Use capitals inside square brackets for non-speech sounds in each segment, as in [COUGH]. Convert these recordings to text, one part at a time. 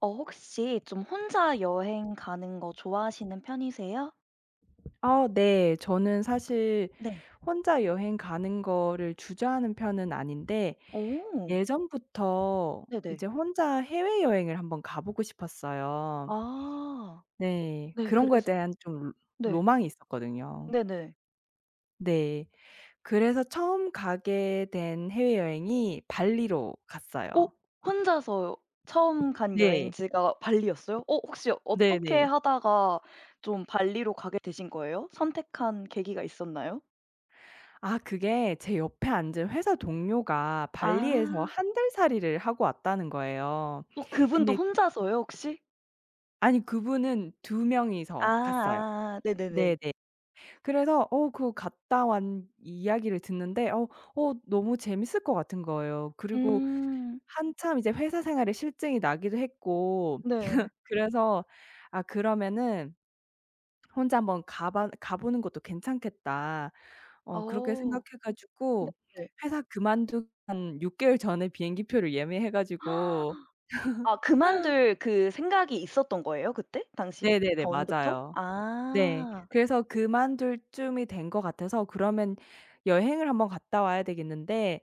어 혹시 좀 혼자 여행 가는 거 좋아하시는 편이세요? 아, 네. 저는 사실 네. 혼자 여행 가는 거를 주저하는 편은 아닌데 오. 예전부터 네네. 이제 혼자 해외여행을 한번 가 보고 싶었어요. 아. 네. 네 그런 거에 그래서 대한 좀 네. 로망이 있었거든요. 네네. 네. 그래서 처음 가게 된 해외여행이 발리로 갔어요. 어 혼자서 처음 간 네. 여행지가 발리였어요? 어 혹시 어떻게 네네. 하다가 좀 발리로 가게 되신 거예요? 선택한 계기가 있었나요? 아, 그게 제 옆에 앉은 회사 동료가 발리에서 아. 한 달 살이를 하고 왔다는 거예요. 어 그분도 근데 혼자서요 혹시? 아니, 그분은 두 명이서 갔어요. 아아아. 네네네. 네네. 그래서 그 갔다 온 이야기를 듣는데 너무 재밌을 것 같은 거예요. 그리고 음. 한참 이제 회사 생활에 실증이 나기도 했고, 네. 그래서 '아, 그러면은 혼자 한번 가봐 가 보는 것도 괜찮겠다.' 그렇게 생각해 어. 가지고 네네. 회사 그만두기 한 6개월 개월 전에 비행기표를 예매해 가지고. 아 그만둘 그 생각이 있었던 거예요 그때 당시에? 네네네, 전부터? 맞아요. 네. 아. 그래서 그만둘 쯤이 된 것 같아서 그러면 여행을 한번 갔다 와야 되겠는데,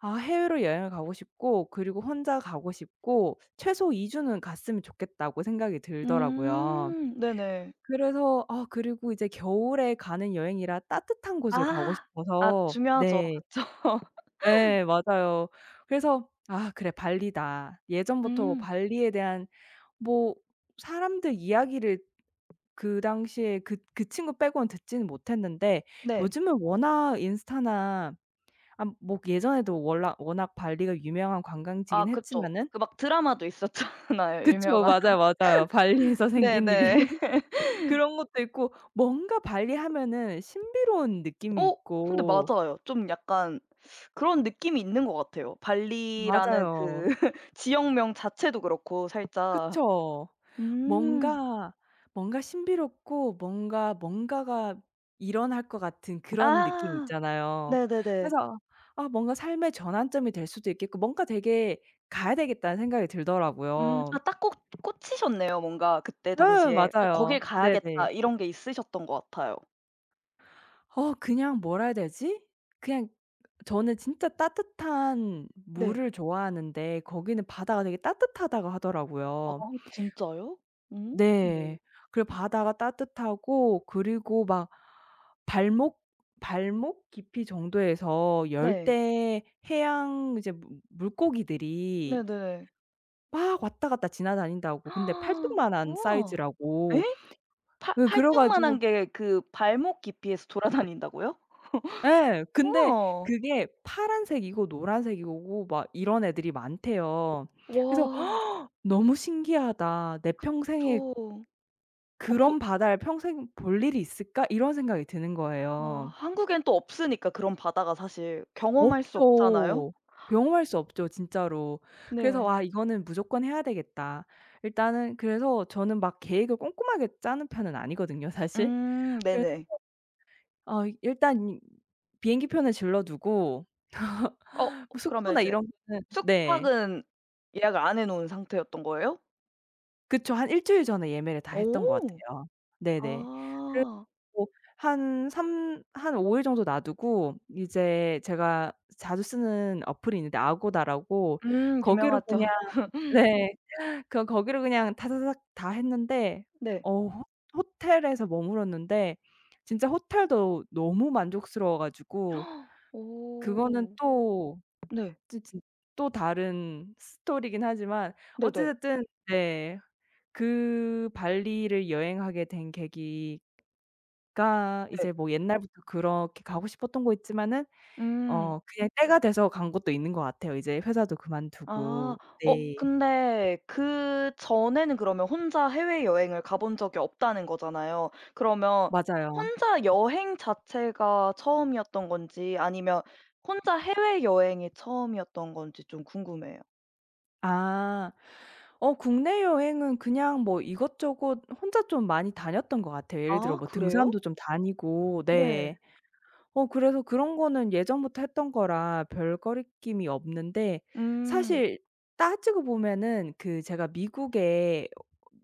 아, 해외로 여행을 가고 싶고, 그리고 혼자 가고 싶고, '최소 2주 주는 갔으면 좋겠다.'고 생각이 들더라고요. 네네. 그래서 아, 그리고 이제 겨울에 가는 여행이라 따뜻한 곳을 가고 아. 아 싶어서. 중요하죠. 네. 그쵸. [LAUGHS] 예, 맞아요. 그래서 '아, 그래, 발리다.' 예전부터 음 발리에 대한 뭐 사람들 이야기를 그 당시에 그 친구 빼고는 듣지는 못했는데, 네. 요즘은 워낙 인스타나, 아, 뭐 예전에도 월락 워낙 발리가 유명한 아 관광지긴 그쵸. 했지만은. 그 막 드라마도 있었잖아요 [LAUGHS] 그쵸. 유명한. 맞아요, 맞아요. 발리에서 생긴 일이. 네네. [LAUGHS] 그런 것도 있고, 뭔가 발리 하면은 신비로운 느낌이 어 근데 있고. 맞아요. 좀 약간 그런 느낌이 있는 것 같아요. 발리라는 그 맞아요. [LAUGHS] 지역명 자체도 그렇고 살짝. 그쵸. 음. 뭔가 뭔가 신비롭고 뭔가 뭔가가 일어날 것 같은 그런 느낌 아 있잖아요. 네네네. 그래서 아, 뭔가 삶의 전환점이 될 수도 있겠고, 뭔가 되게 '가야 되겠다.'는 생각이 음. 들더라고요. 아 딱 꽂 꽂히셨네요. 뭔가 그때 예, 당시에 '어 맞아요. 거길 네네. 가야겠다.' 이런 게 있으셨던 것 같아요. 그냥 뭐라 해야 되지? 그냥 저는 진짜 따뜻한 네. 물을 좋아하는데 거기는 바다가 되게 따뜻하다고 아 하더라고요. 진짜요? 음. 네. 그리고 바다가 따뜻하고, 그리고 막 발목 발목 깊이 정도에서 네. 열대 해양 이제 물 물고기들이 네네. 막 왔다 갔다 지나다닌다고. 근데 [GASPS] 팔뚝만한 우와. 사이즈라고. 예? 팔 예, 그래 팔뚝만한 가지고. 게 그 발목 깊이에서 돌아다닌다고요? 예. 근데 우와. 그게 파란색이고 노란색이고 막 이런 애들이 많대요. 그래서 와 [GASPS] '너무 신기하다. 내 그쵸. 평생에 어 보 그런 바다를 평생 볼 일이 있을까?' 이런 생각이 드는 아 거예요. 한국엔 또 없으니까 그런 바다가 사실 경험할 수 없잖아요. 없죠. 경험할 수 없죠, 진짜로. 그래서 네. '와, 이거는 무조건 해야 되겠다.' 일단은 그래서 저는 막 계획을 꼼꼼하게 짜는 편은 아니거든요, 사실. 그래서 네네. 일단 이 비행기 표는 질러 두고 어 뭐 그러면 숙소나 이제 이런 거는. 네. 숙박은 예약을 안 해 놓은 상태였던 거예요? 그쵸. 한 일 주일 전에 예매를 다 했던 것 오. 같아요. 네네. 그래서 아. 뭐 한삼한5일 정도 놔두고 이제 제가 자주 쓰는 어플이 있는데 아고다라고, 거기로 유명하죠. 그냥. 네. 그 거기를 그냥 다다닥 다 했는데 네. 어 호 호텔에서 머물었는데 진짜 호텔도 너무 만족스러워 가지고. 그거는 오. 또 네. 진 진 또 다른 스토리이긴 하지만 어찌 네네. 됐든. 네. 그 발리를 여행하게 된 계기가 네. 이제 뭐 옛날부터 그렇게 가고 싶었던 거 있지만은, 음. 그냥 때가 돼서 간 것도 있는 것 같아요. 이제 회사도 아. 그만두고. 어 네. 근데 그전에는 그러면 혼자 해외여행을 가본 적이 없다는 거잖아요. 그러면 맞아요. 혼자 여행 자체가 처음이었던 건지 아니면 혼자 해외여행이 처음이었던 건지 좀 궁금해요. 아. 국내 여행은 그냥 뭐 이것저것 혼자 좀 많이 다녔던 것 같아요. 예를 들어 아 뭐 그래요? 등산도 좀 다니고. 네. 네. 그래서 그런 거는 예전부터 했던 거라 별거리낌이 없는데, 음. 사실 따지고 보면은 그 제가 미국에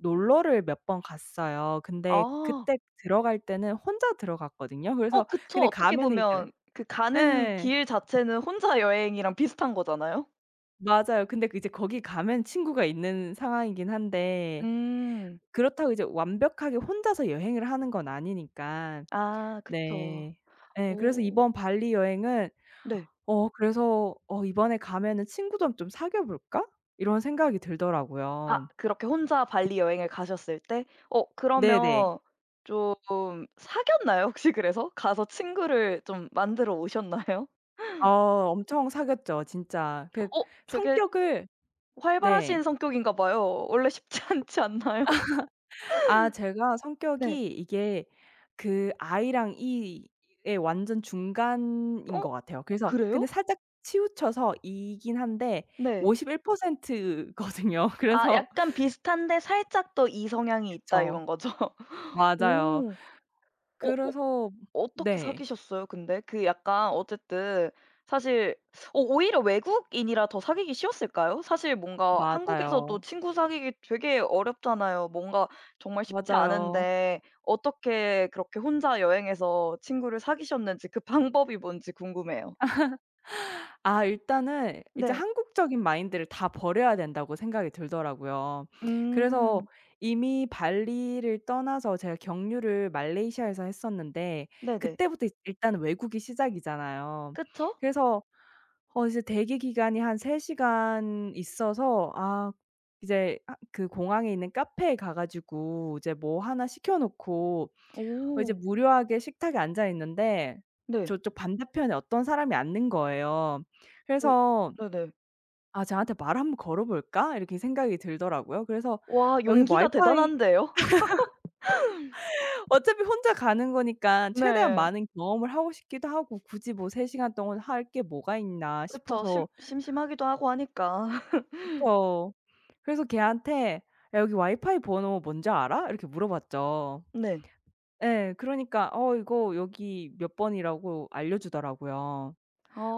놀러를 몇 번 갔어요. 근데 아. 그때 들어갈 때는 혼자 들어갔거든요. 어 그래서 그쵸. 근데 어떻게 가면은 이제. 보면 그 가는 예. 길 자체는 혼자 여행이랑 비슷한 거잖아요. 맞아요. 근데 그 이제 거기 가면 친구가 있는 상황이긴 한데, 음. 그렇다고 이제 완벽하게 혼자서 여행을 하는 건 아니니까. 아 그쵸. 네. 예. 그래서 오. 이번 발리 여행은, 네. 그래서 '어, 이번에 가면은 친구 좀 사귀어 볼까?' 이런 생각이 아 들더라고요. 그렇게 혼자 발리 여행을 가셨을 때 어 네네. 그러면 좀 사귀었나요 혹시 그래서? 가서 친구를 좀 만들어 오셨나요? 어, 엄청 사귀었죠 진짜. 그 어 되게 성격을. 활발하신 네. 성격인가 봐요. 원래 쉽지 [LAUGHS] 않지 않나요? 아, 제가 네. 성격이 이게 그 I랑 E의 완전 중간인 어 것 같아요. 그래서 근데 그래요? 살짝 치우쳐서 E이긴 한데 네. 51% 거든요. [LAUGHS] 아 그래서. 약간 비슷한데 살짝 더 이 성향이 있다 그쵸. 이런 거죠? 맞아요. 오. 어 그래서. 어떻게 네. 사귀셨어요 근데? 그 약간 어쨌든 사실 어 오히려 외국인이라 더 사귀기 쉬웠을까요? 사실 뭔가 한국에서도 맞아요, 친구 사귀기 되게 어렵잖아요. 뭔가 정말 쉽지 맞아요. 않은데 어떻게 그렇게 혼자 여행해서 친구를 사귀셨는지 그 [LAUGHS] 방법이 뭔지 궁금해요. 아, 일단은 이제 네. 한국적인 마인드를 다 버려야 된다고 생각이 들더라고요. 그래서 음. 이미 발리를 떠나서 제가 경유를 말레이시아에서 했었는데, 네네. 그때부터 이제 일단 외국이 시작이잖아요. 그쵸? 그래서 이제 대기 기간이 한 3시간 시간 있어서, 아, 이제 하 그 공항에 있는 카페에 가 가지고 이제 뭐 하나 시켜 놓고 이제 오. 무료하게 식탁에 앉아 있는데 네. 저쪽 반대편에 어떤 사람이 앉는 거예요. 오. 그래서 네네. '아, 쟤한테 말을 한번 걸어 볼까?' 이렇게 생각이 들더라고요. 그래서 와 여기 용기가 와이파이. 대단한데요? [LAUGHS] [LAUGHS] 어차피 혼자 가는 거니까 최대한 네. 많은 경험을 하고 싶기도 하고 '굳이 뭐 3시간 시간 동안 할 게 뭐가 있나.' 그쵸. 심 싶어서. 심심하기도 하고 하니까. 그쵸. 그래서 걔한테 "야 여기 와이파이 번호 뭔지 알아?" 이렇게 물어봤죠. [LAUGHS] 네. 예. 그러니까 "어 이거 여기 몇 번이라."고 알려 주더라고요.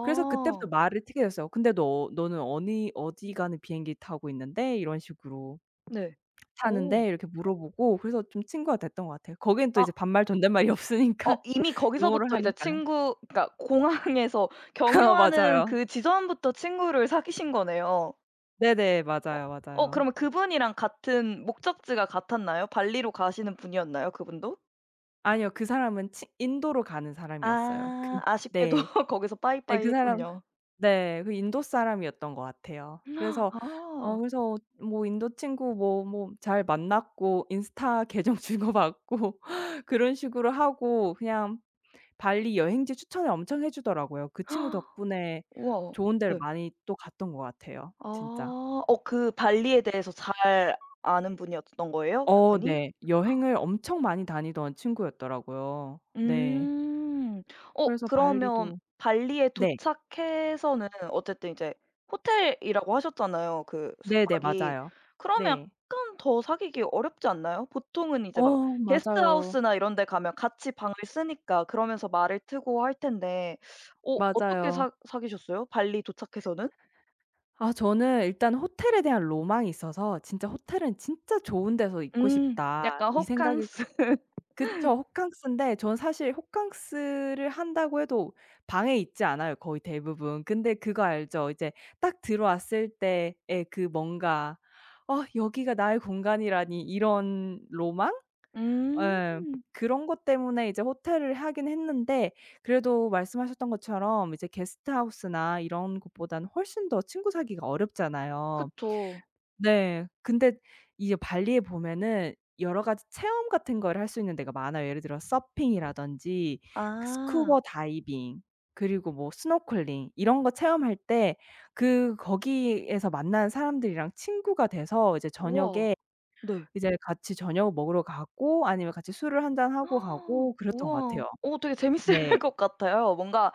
그래서 그때부터 말을 트게 됐어요. "근데 너 너는 어니 어디 가는 비행기 타고 있는데?" 이런 식으로 네. 오 "타는데." 이렇게 물어보고, 그래서 좀 친구가 됐던 것 같아요. 거기는 또 이제 아 반말 존댓말이 [LAUGHS] 어 없으니까 이미 영어로 거기서부터 이제 하니까. 친구 그러니까 공항에서 [LAUGHS] 어, 경유하는 맞아요. 그 지점부터 친구를 사귀신 거네요. 네네. 어 맞아요, 어 맞아요. 그러면 그분이랑 같은 목적지가 같았나요? 발리로 가시는 분이었나요, 그분도? 아니요. 그 사람은 치 인도로 가는 사람이었어요. 그. 아 아쉽게도 네. [LAUGHS] 거기서 네 빠이빠이 그 사람. 했군요. 네. 그 인도 사람이었던 것 같아요. 그래서 아. 그래서 뭐 인도 친구 뭐 잘 만났고 인스타 계정 [LAUGHS] 주고받고 그런 식으로 하고 그냥 발리 여행지 추천을 엄청 해 주더라고요. 그 친구 덕분에 [GASPS] 우와. 좋은 데를 네. 많이 또 갔던 것 같아요 진짜. 아. 어 그 발리에 대해서 잘 아는 분이었던 거예요? 어, 그분이? 네. 여행을 엄청 많이 다니던 친구였더라고요. 네. 음. 어 그래서 발리도. 그러면 발리에 네. 도착해서는 어쨌든 이제 호텔이라고 하셨잖아요, 그 네네, 숙박이. 맞아요. 그러면 네. 약간 더 사귀기 어렵지 않나요? 보통은 이제 막 어, 맞아요. 게스트하우스나 이런 데 가면 같이 방을 쓰니까 그러면서 말을 트고 할 텐데 어 어떻게 맞아요. 사 사귀셨어요? 발리 도착해서는? 아, 저는 일단 호텔에 대한 로망이 있어서 '진짜 호텔은 진짜 좋은 데서 있고 음. 싶다.' 약간 이 생각이 그. 호캉스. [LAUGHS] 그쵸. 호캉스인데 전 사실 호캉스를 한다고 해도 방에 있지 않아요, 거의 대부분. 근데 그거 알죠? 이제 딱 들어왔을 때의 그 뭔가 '어, 여기가 나의 공간이라니.' 이런 로망? 음. 예. 그런 것 때문에 이제 호텔을 하긴 했는데 그래도 말씀하셨던 것처럼 이제 게스트하우스나 이런 곳보다는 훨씬 더 친구 사귀기가 어렵잖아요. 그쵸. 네. 근데 이제 발리에 보면은 여러 가지 체험 같은 걸 할 수 있는 데가 많아요. 예를 들어 서핑이라든지 그 아. 스쿠버 다이빙, 그리고 뭐 스노클링 이런 거 체험할 때 그 거기에서 만난 사람들이랑 친구가 돼서 이제 우와. 저녁에 네. 같이 저녁 먹으러 가고, 아니면 같이 술을 한 잔 하고 [GASPS] 가고 그랬던 것 우와. 같아요. 어 되게 재밌을 네. [LAUGHS] 것 같아요. 뭔가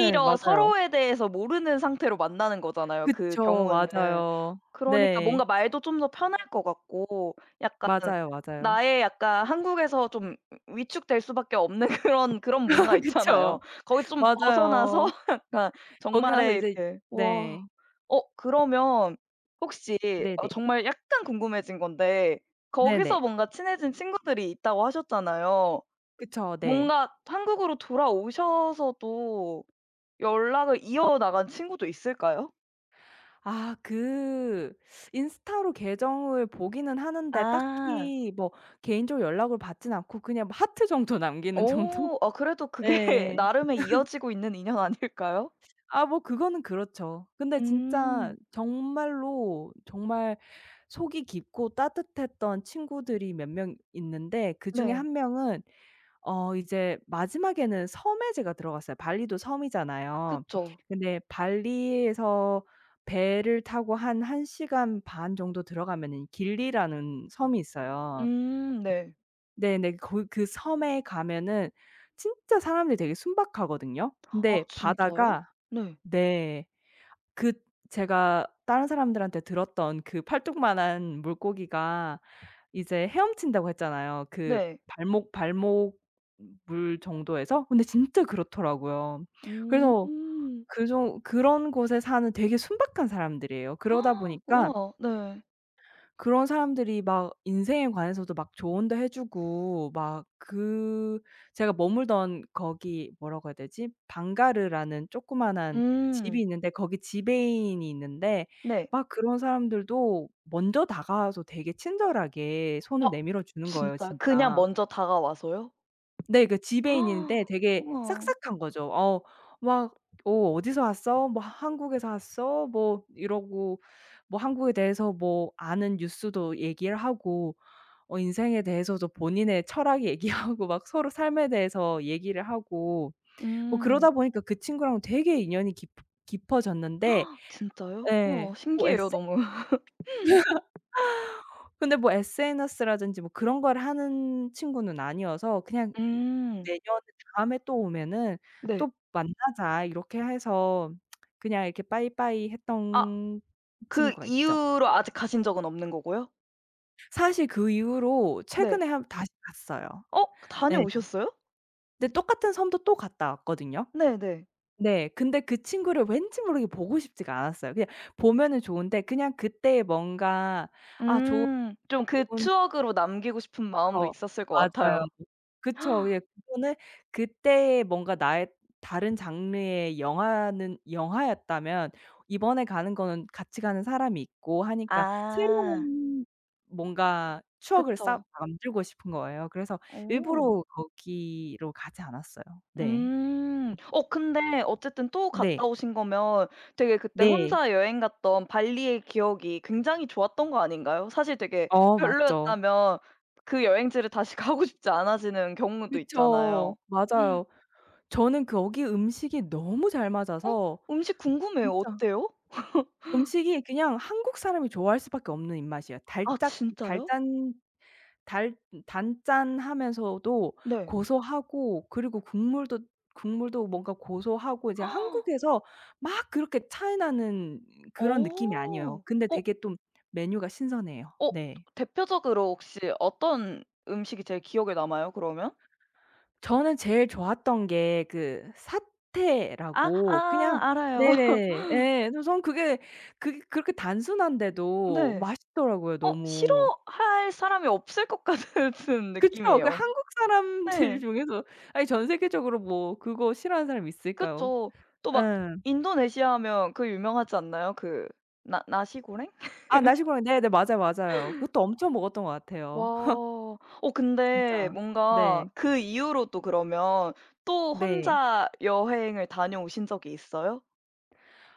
예, 맞아요. 서로에 대해서 모르는 상태로 만나는 거잖아요, 그 그쵸. 경우는. 맞아요. 그러니까 네. 뭔가 말도 좀 더 편할 것 같고 약간 맞아요, 맞아요. 나의 약간 한국에서 좀 위축될 수밖에 없는 [LAUGHS] 그런 문화가 [LAUGHS] 있잖아요. 그쵸. 거기서 좀 벗어나서 맞아요. [LAUGHS] 약간 거기 가서 정말의 이제. 이렇게 와 네. 어 그러면 혹시 어 네네. 정말 약간 궁금해진 건데 네네. 거기서 뭔가 친해진 친구들이 있다고 하셨잖아요. 그쵸. 네. 뭔가 한국으로 돌아오셔서도 연락을 이어나간 친구도 있을까요? 아, 그 인스타로 계정을 보기는 하는데 아. 딱히 뭐 개인적으로 연락을 받진 않고 그냥 뭐 하트 정도 [LAUGHS] 남기는 정도? 오. 아 그래도 그게 [LAUGHS] 예. 나름의 이어지고 있는 인연 아닐까요? 아, 뭐 그거는 그렇죠. 근데 진짜 음. 정말로 정말 속이 깊고 따뜻했던 친구들이 몇 명 있는데 그중에 네. 한 명은, 이제 마지막에는 섬에 제가 들어갔어요. 발리도 섬이잖아요. 그쵸. 근데 발리에서 배를 타고 한 1시간 시간 반 정도 들어가면은 길리라는 섬이 있어요. 네. 네네. 거기 그 섬에 가면은 진짜 사람들이 되게 순박하거든요. 아 근데 진짜요? 바다가. 네. 네. 그 제가 다른 사람들한테 들었던 그 팔뚝만한 물고기가 이제 헤엄친다고 했잖아요. 그 네. 발목 물 정도에서. 근데 진짜 그렇더라고요. 그래서 음. 그 좀 그런 곳에 사는 되게 순박한 사람들이에요. 그러다 [GASPS] 보니까 우와. 네. 그런 사람들이 막 인생에 관해서도 막 조언도 해 주고, 막 그 제가 머물던 거기 뭐라고 해야 되지? 방가르라는 조그마한 집이 음. 있는데 거기 지배인이 있는데, 네. 막 그런 사람들도 먼저 다가와서 되게 친절하게 아 손을 내밀어 주는 거예요 진짜요? 그냥 진짜. 먼저 다가와서요? 네. 그 지배인인데 [GASPS] 되게 우와. 싹싹한 거죠. 어, 막 "어 어디서 왔어?" 뭐 "한국에서 왔어?" 뭐 이러고 뭐 한국에 대해서 뭐 아는 뉴스도 얘기를 하고 인생에 대해서도 본인의 철학 얘기하고 [LAUGHS] 막 서로 삶에 대해서 얘기를 하고 뭐 음. 그러다 보니까 그 친구랑 되게 인연이 깊 깊어졌는데. [GASPS] 진짜요? 예. 우와 뭐 신기해요 에스 너무. [LAUGHS] 근데 뭐 SNS라든지 뭐 그런 걸 하는 친구는 아니어서 그냥 이 음. "내년 다음에 또 오면은 네. 또 만나자." 이렇게 해서 그냥 이렇게 빠이빠이 아 했던 그 친구가 있죠. 이후로 네. 아직 가신 적은 없는 거고요? 사실 그 이후로 네. 최근에 한 다시 갔어요. 어 네. 다녀오셨어요? 근데 똑같은 섬도 또 갔다 왔거든요. 네네. 네. 근데 그 친구를 왠지 모르게 보고 싶지가 않았어요. 그냥 보면은 좋은데 그냥 그때의 뭔가 음. 좀 그 좋은. 추억으로 남기고 싶은 마음도 그쵸. 있었을 것 맞아요. 같아요. 그쵸. 예, [GASPS] 그거는 그때의 뭔가 나의 다른 장르의 영화는 영화였다면, 이번에 가는 거는 같이 가는 사람이 있고 하니까 아. 새로운 뭔가 추억을 쌓 그쵸. 만들고 싶은 거예요. 그래서 어. 일부러 거기로 가지 않았어요. 네. 음. 어 근데 어쨌든 또 네. 갔다 오신 거면 되게 그때 네. 혼자 여행 갔던 발리의 기억이 굉장히 좋았던 거 아닌가요? 사실 되게 어, 맞죠. 별로였다면 그 여행지를 다시 [LAUGHS] 가고 싶지 않아지는 경우도 있잖아요. 그쵸. [GASPS] 맞아요. 저는 거기 음식이 너무 잘 어? 맞아서 음식 궁금해요. 진짜 어때요? 음식이 그냥 한국 사람이 좋아할 수밖에 없는 입맛이에요. 아 달짝 진짜요? 달짠 달 단짠하면서도 네. 고소하고, 그리고 국물도 뭔가 고소하고, 이제 [GASPS] 한국에서 막 그렇게 차이 나는 어. 그런 느낌이 아니에요. 근데 어 되게 좀 메뉴가 신선해요. 어 네. 대표적으로 혹시 어떤 음식이 제일 기억에 남아요 그러면? 저는 제일 좋았던 게 그 아 사태라고 아 그냥. 알아요. [LAUGHS] 네네. 예. 그래서 저는 그게 그렇게 단순한데도 네. 맛있더라고요 어 너무. 싫어할 사람이 없을 것 같은 [LAUGHS] 그쵸. 그 느낌이에요. 한국 사람들 네. [LAUGHS] 중에서, 아니 전 세계적으로 뭐 그거 싫어하는 사람이 있을까요? 그쵸. 또 막 예. 인도네시아 하면 그 유명하지 않나요? 그 나 나시고랭? 아, 나시고랑. 네네. 맞아요, 맞아요. 그것도 엄청 먹었던 것 와. 같아요. 아, 어 근데 진짜. 뭔가 네. 그 이후로도 그러면 또 네. 혼자 여행을 다녀오신 적이 있어요?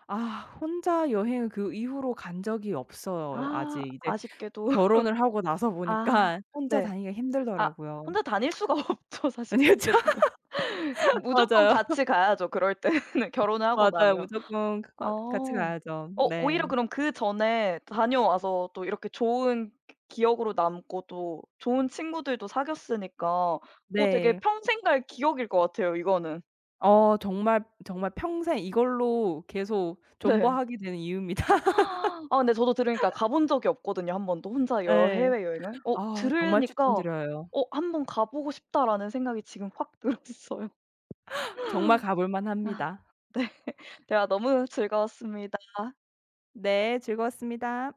아, 혼자 여행을 그 이후로 간 적이 없어요 아 아직. 이제 아쉽게도. 결혼을 하고 나서 아 보니까 혼자 네. 다니기가 아 힘들더라고요. 혼자 다닐 수가 [LAUGHS] 없죠 [LAUGHS] 사실 아니 그쵸. 그때 되면. 무조건 맞아요. 같이 가야죠 그럴 때는 [LAUGHS] 결혼을 하고 맞아요. 나면. 무조건 아. 거 같이 가야죠. 어 네. 오히려 그럼 그전에 다녀와서 또 이렇게 좋은 기억으로 남고 또 좋은 친구들도 사귀었으니까 어 되게 네. 평생 갈 기억일 것 같아요 이거는. 어, 정말, 정말 평생 이걸로 계속 네. 존버하게 되는 이유입니다. [GASPS] 아 근데 저도 들으니까 가본 적이 없거든요 한 번도 혼자 여 예. 해외여행을. 어 아, 정말 들으니까 추천드려요. '어 한 번 가 보고 싶다.'라는 생각이 지금 확 [LAUGHS] 들었어요. 정말 가볼 아 만합니다. 네. 대화 너무 즐거웠습니다. 네, 즐거웠습니다.